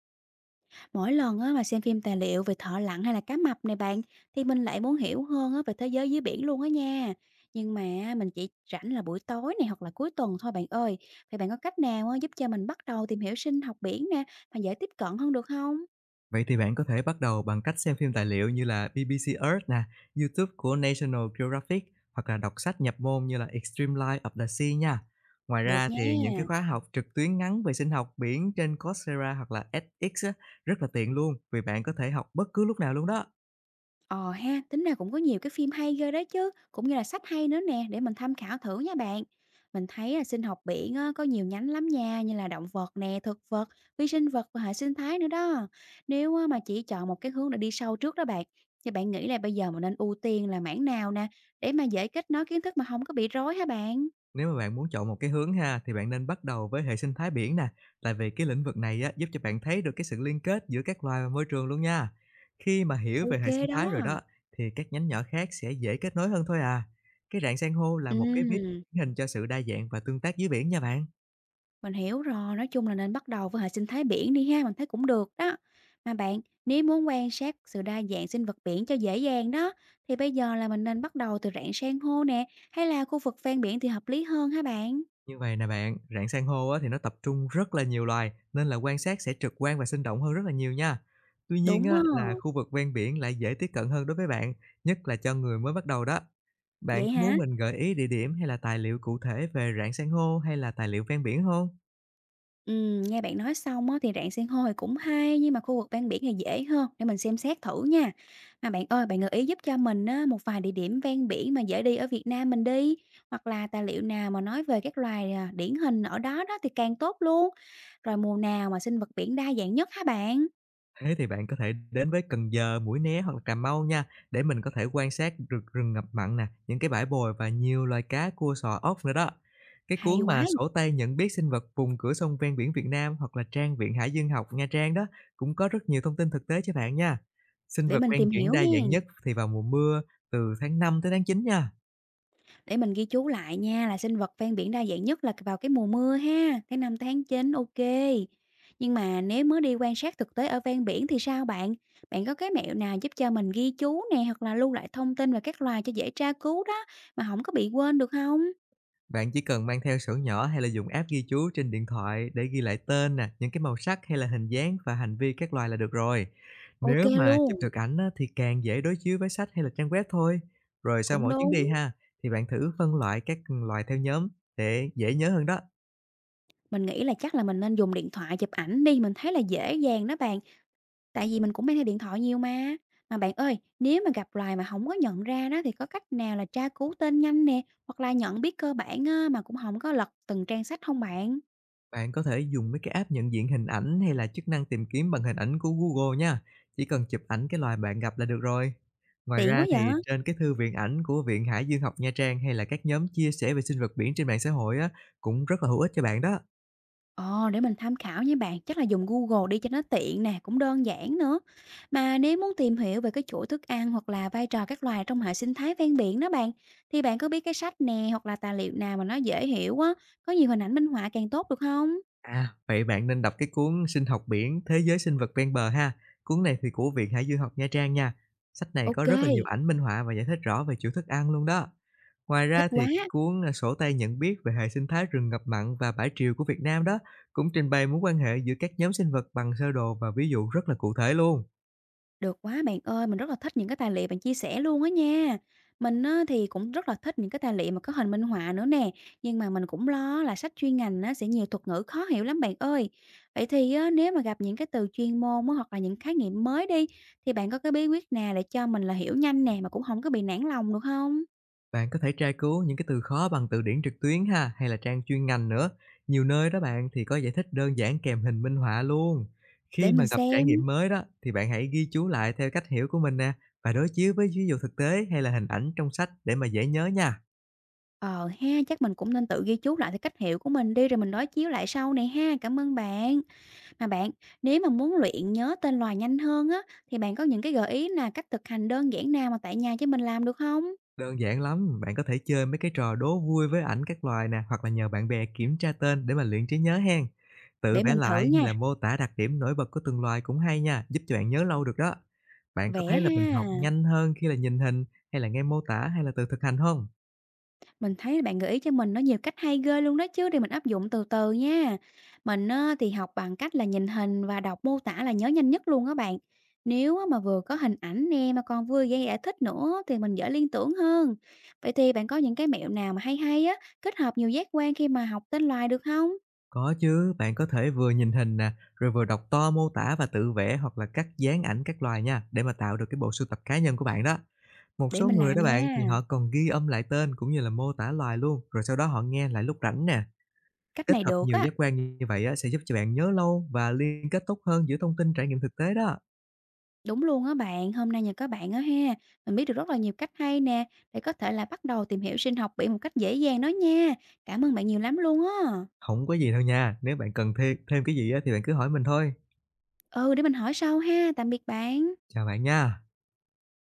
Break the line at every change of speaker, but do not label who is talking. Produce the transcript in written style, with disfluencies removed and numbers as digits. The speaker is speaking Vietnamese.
Mỗi lần á, mà xem phim tài liệu về thợ lặn hay là cá mập này bạn thì mình lại muốn hiểu hơn á, về thế giới dưới biển luôn á nha. Nhưng mà mình chỉ rảnh là buổi tối này hoặc là cuối tuần thôi bạn ơi. Vậy bạn có cách nào á, giúp cho mình bắt đầu tìm hiểu sinh học biển nè mà dễ tiếp cận hơn được không?
Vậy thì bạn có thể bắt đầu bằng cách xem phim tài liệu như là BBC Earth nè, YouTube của National Geographic hoặc là đọc sách nhập môn như là Extreme Life of the Sea nha. Ngoài ra
Được
thì những
nha.
cái khóa học trực tuyến ngắn về sinh học biển trên Coursera hoặc là edX á, rất là tiện luôn vì bạn có thể học bất cứ lúc nào luôn đó.
Ờ ha, tính ra cũng có nhiều cái phim hay ghê đấy chứ, cũng như là sách hay nữa nè để mình tham khảo thử nha bạn. Mình thấy là sinh học biển á, có nhiều nhánh lắm nha, như là động vật nè, thực vật, vi sinh vật và hệ sinh thái nữa đó. Nếu á, mà chỉ chọn một cái hướng để đi sâu trước đó bạn, thì bạn nghĩ là bây giờ mình nên ưu tiên là mảng nào nè, để mà dễ kết nối kiến thức mà không có bị rối hả bạn?
Nếu mà bạn muốn chọn một cái hướng ha, thì bạn nên bắt đầu với hệ sinh thái biển nè, tại vì cái lĩnh vực này á, giúp cho bạn thấy được cái sự liên kết giữa các loài và môi trường luôn nha. Khi mà hiểu về
Ok
hệ sinh
đó.
thái rồi đó, thì các nhánh nhỏ khác sẽ dễ kết nối hơn thôi à. Cái rạn san hô là
Ừ.
một cái ví điển hình cho sự đa dạng và tương tác dưới biển nha bạn.
Mình hiểu rồi, nói chung là nên bắt đầu với hệ sinh thái biển đi ha, mình thấy cũng được đó. Mà bạn, nếu muốn quan sát sự đa dạng sinh vật biển cho dễ dàng đó, thì bây giờ là mình nên bắt đầu từ rạn san hô nè, hay là khu vực ven biển thì hợp lý hơn hả bạn?
Như vậy nè bạn, rạn san hô á thì nó tập trung rất là nhiều loài nên là quan sát sẽ trực quan và sinh động hơn rất là nhiều nha. Tuy nhiên
Đúng
á
á,
là khu vực ven biển lại dễ tiếp cận hơn đối với bạn, nhất là cho người mới bắt đầu đó. Bạn
vậy
có muốn
hả?
mình gợi ý địa điểm hay là tài liệu cụ thể về rạn san hô hay là tài liệu ven biển không?
Nghe bạn nói xong á, thì rạn san hô thì cũng hay, nhưng mà khu vực ven biển thì dễ hơn, để mình xem xét thử nha. Mà bạn ơi, bạn gợi ý giúp cho mình á, một vài địa điểm ven biển mà dễ đi ở Việt Nam mình đi, hoặc là tài liệu nào mà nói về các loài à, điển hình ở đó đó thì càng tốt luôn. Rồi mùa nào mà sinh vật biển đa dạng nhất hả bạn?
Thế thì bạn có thể đến với Cần Giờ, Mũi Né hoặc là Cà Mau nha, để mình có thể quan sát rừng rừng ngập mặn nè, những cái bãi bồi và nhiều loài cá, cua, sò, ốc nữa đó. Cái
Hay
cuốn
quá,
mà sổ tay nhận biết sinh vật vùng cửa sông ven biển Việt Nam hoặc là trang Viện Hải Dương học Nha Trang đó cũng có rất nhiều thông tin thực tế cho bạn nha. Sinh
để
vật
mình
ven
tìm
biển
hiểu
đa dạng
hen.
nhất thì vào mùa mưa từ tháng 5 tới tháng 9 nha.
Để mình ghi chú lại nha là sinh vật ven biển đa dạng nhất là vào cái mùa mưa ha, tháng 5 tháng 9 ok. Nhưng mà nếu mới đi quan sát thực tế ở ven biển thì sao bạn? Bạn có cái mẹo nào giúp cho mình ghi chú nè hoặc là lưu lại thông tin về các loài cho dễ tra cứu đó mà không có bị quên được không?
Bạn chỉ cần mang theo sổ nhỏ hay là dùng app ghi chú trên điện thoại để ghi lại tên nè, những cái màu sắc hay là hình dáng và hành vi các loài là được rồi.
Ok
Nếu mà chụp
luôn,
được ảnh á, thì càng dễ đối chiếu với sách hay là trang web thôi. Rồi sau
cũng
mỗi chuyến đi
đúng.
ha, thì bạn thử phân loại các loài theo nhóm để dễ nhớ hơn đó.
Mình nghĩ là chắc là mình nên dùng điện thoại chụp ảnh đi, mình thấy là dễ dàng đó bạn. Tại vì mình cũng mang theo điện thoại nhiều mà. Mà bạn ơi, nếu mà gặp loài mà không có nhận ra đó thì có cách nào là tra cứu tên nhanh nè, hoặc là nhận biết cơ bản á, mà cũng không có lật từng trang sách không bạn?
Bạn có thể dùng mấy cái app nhận diện hình ảnh hay là chức năng tìm kiếm bằng hình ảnh của Google nha. Chỉ cần chụp ảnh cái loài bạn gặp là được rồi. Ngoài
Tiện quá
ra thì
vậy!
trên cái thư viện ảnh của Viện Hải dương học Nha Trang hay là các nhóm chia sẻ về sinh vật biển trên mạng xã hội á, cũng rất là hữu ích cho bạn đó.
Ờ, để mình tham khảo nha bạn, chắc là dùng Google đi cho nó tiện nè, cũng đơn giản nữa. Mà nếu muốn tìm hiểu về cái chuỗi thức ăn hoặc là vai trò các loài trong hệ sinh thái ven biển đó bạn, thì bạn có biết cái sách nè, hoặc là tài liệu nào mà nó dễ hiểu á, có nhiều hình ảnh minh họa càng tốt được không?
À, vậy bạn nên đọc cái cuốn Sinh học biển, thế giới sinh vật ven bờ ha. Cuốn này thì của Viện Hải dương học Nha Trang nha. Sách này có
Ok.
rất là nhiều ảnh minh họa và giải thích rõ về chuỗi thức ăn luôn đó. Ngoài
Thích
ra thì
quá!
cái cuốn Sổ tay nhận biết về hệ sinh thái rừng ngập mặn và bãi triều của Việt Nam đó cũng trình bày mối quan hệ giữa các nhóm sinh vật bằng sơ đồ và ví dụ rất là cụ thể luôn.
Được quá bạn ơi, mình rất là thích những cái tài liệu bạn chia sẻ luôn á nha. Mình á, thì cũng rất là thích những cái tài liệu mà có hình minh họa nữa nè, nhưng mà mình cũng lo là sách chuyên ngành á, sẽ nhiều thuật ngữ khó hiểu lắm bạn ơi. Vậy thì á, nếu mà gặp những cái từ chuyên môn á, hoặc là những khái niệm mới đi, thì bạn có cái bí quyết nào để cho mình là hiểu nhanh nè mà cũng không có bị nản lòng được không?
Bạn có thể tra cứu những cái từ khó bằng từ điển trực tuyến ha, hay là trang chuyên ngành nữa. Nhiều nơi đó bạn thì có giải thích đơn giản kèm hình minh họa luôn.
Để
Khi mà
mình
gặp trải
xem.
nghiệm mới đó thì bạn hãy ghi chú lại theo cách hiểu của mình nè và đối chiếu với ví dụ thực tế hay là hình ảnh trong sách để mà dễ nhớ nha.
Ờ ha, chắc mình cũng nên tự ghi chú lại cái cách hiểu của mình đi rồi mình đối chiếu lại sau này ha. Cảm ơn bạn. À bạn, nếu mà muốn luyện nhớ tên loài nhanh hơn á, thì bạn có những cái gợi ý là cách thực hành đơn giản nào mà tại nhà cho mình làm được không?
Đơn giản lắm, bạn có thể chơi mấy cái trò đố vui với ảnh các loài nè, hoặc là nhờ bạn bè kiểm tra tên để mà luyện trí nhớ hen. Tự
Để
vẽ
mình
lại
thử
hay
nha,
là mô tả đặc điểm nổi bật của từng loài cũng hay nha, giúp cho bạn nhớ lâu được đó. Bạn có
vẽ
thấy là mình học
ha.
nhanh hơn khi là nhìn hình hay là nghe mô tả hay là tự thực hành không?
Mình thấy bạn gợi ý cho mình nó nhiều cách hay ghê luôn đó chứ, để mình áp dụng từ từ nha. Mình á, thì học bằng cách là nhìn hình và đọc mô tả là nhớ nhanh nhất luôn á bạn. Nếu á, mà vừa có hình ảnh nè mà còn vừa gây giải thích nữa thì mình dễ liên tưởng hơn. Vậy thì bạn có những cái mẹo nào mà hay hay á, kết hợp nhiều giác quan khi mà học tên loài được không?
Có chứ, bạn có thể vừa nhìn hình nè, rồi vừa đọc to mô tả và tự vẽ hoặc là cắt dán ảnh các loài nha, để mà tạo được cái bộ sưu tập cá nhân của bạn đó. Một
Để
số
mình
người
làm
đó
nha.
bạn thì họ còn ghi âm lại tên cũng như là mô tả loài luôn, rồi sau đó họ nghe lại lúc rảnh nè.
Cách
Kết
này
hợp
được
nhiều
á,
giác quan như vậy á, sẽ giúp cho bạn nhớ lâu và liên kết tốt hơn giữa thông tin trải nghiệm thực tế đó.
đúng luôn á bạn, hôm nay nhờ các bạn á ha, mình biết được rất là nhiều cách hay nè, để có thể là bắt đầu tìm hiểu sinh học biển một cách dễ dàng đó nha. Cảm ơn bạn nhiều lắm luôn á.
Không có gì đâu nha, nếu bạn cần thêm thêm cái gì á, thì bạn cứ hỏi mình thôi.
Ừ, để mình hỏi sau ha, tạm biệt bạn.
Chào bạn nha.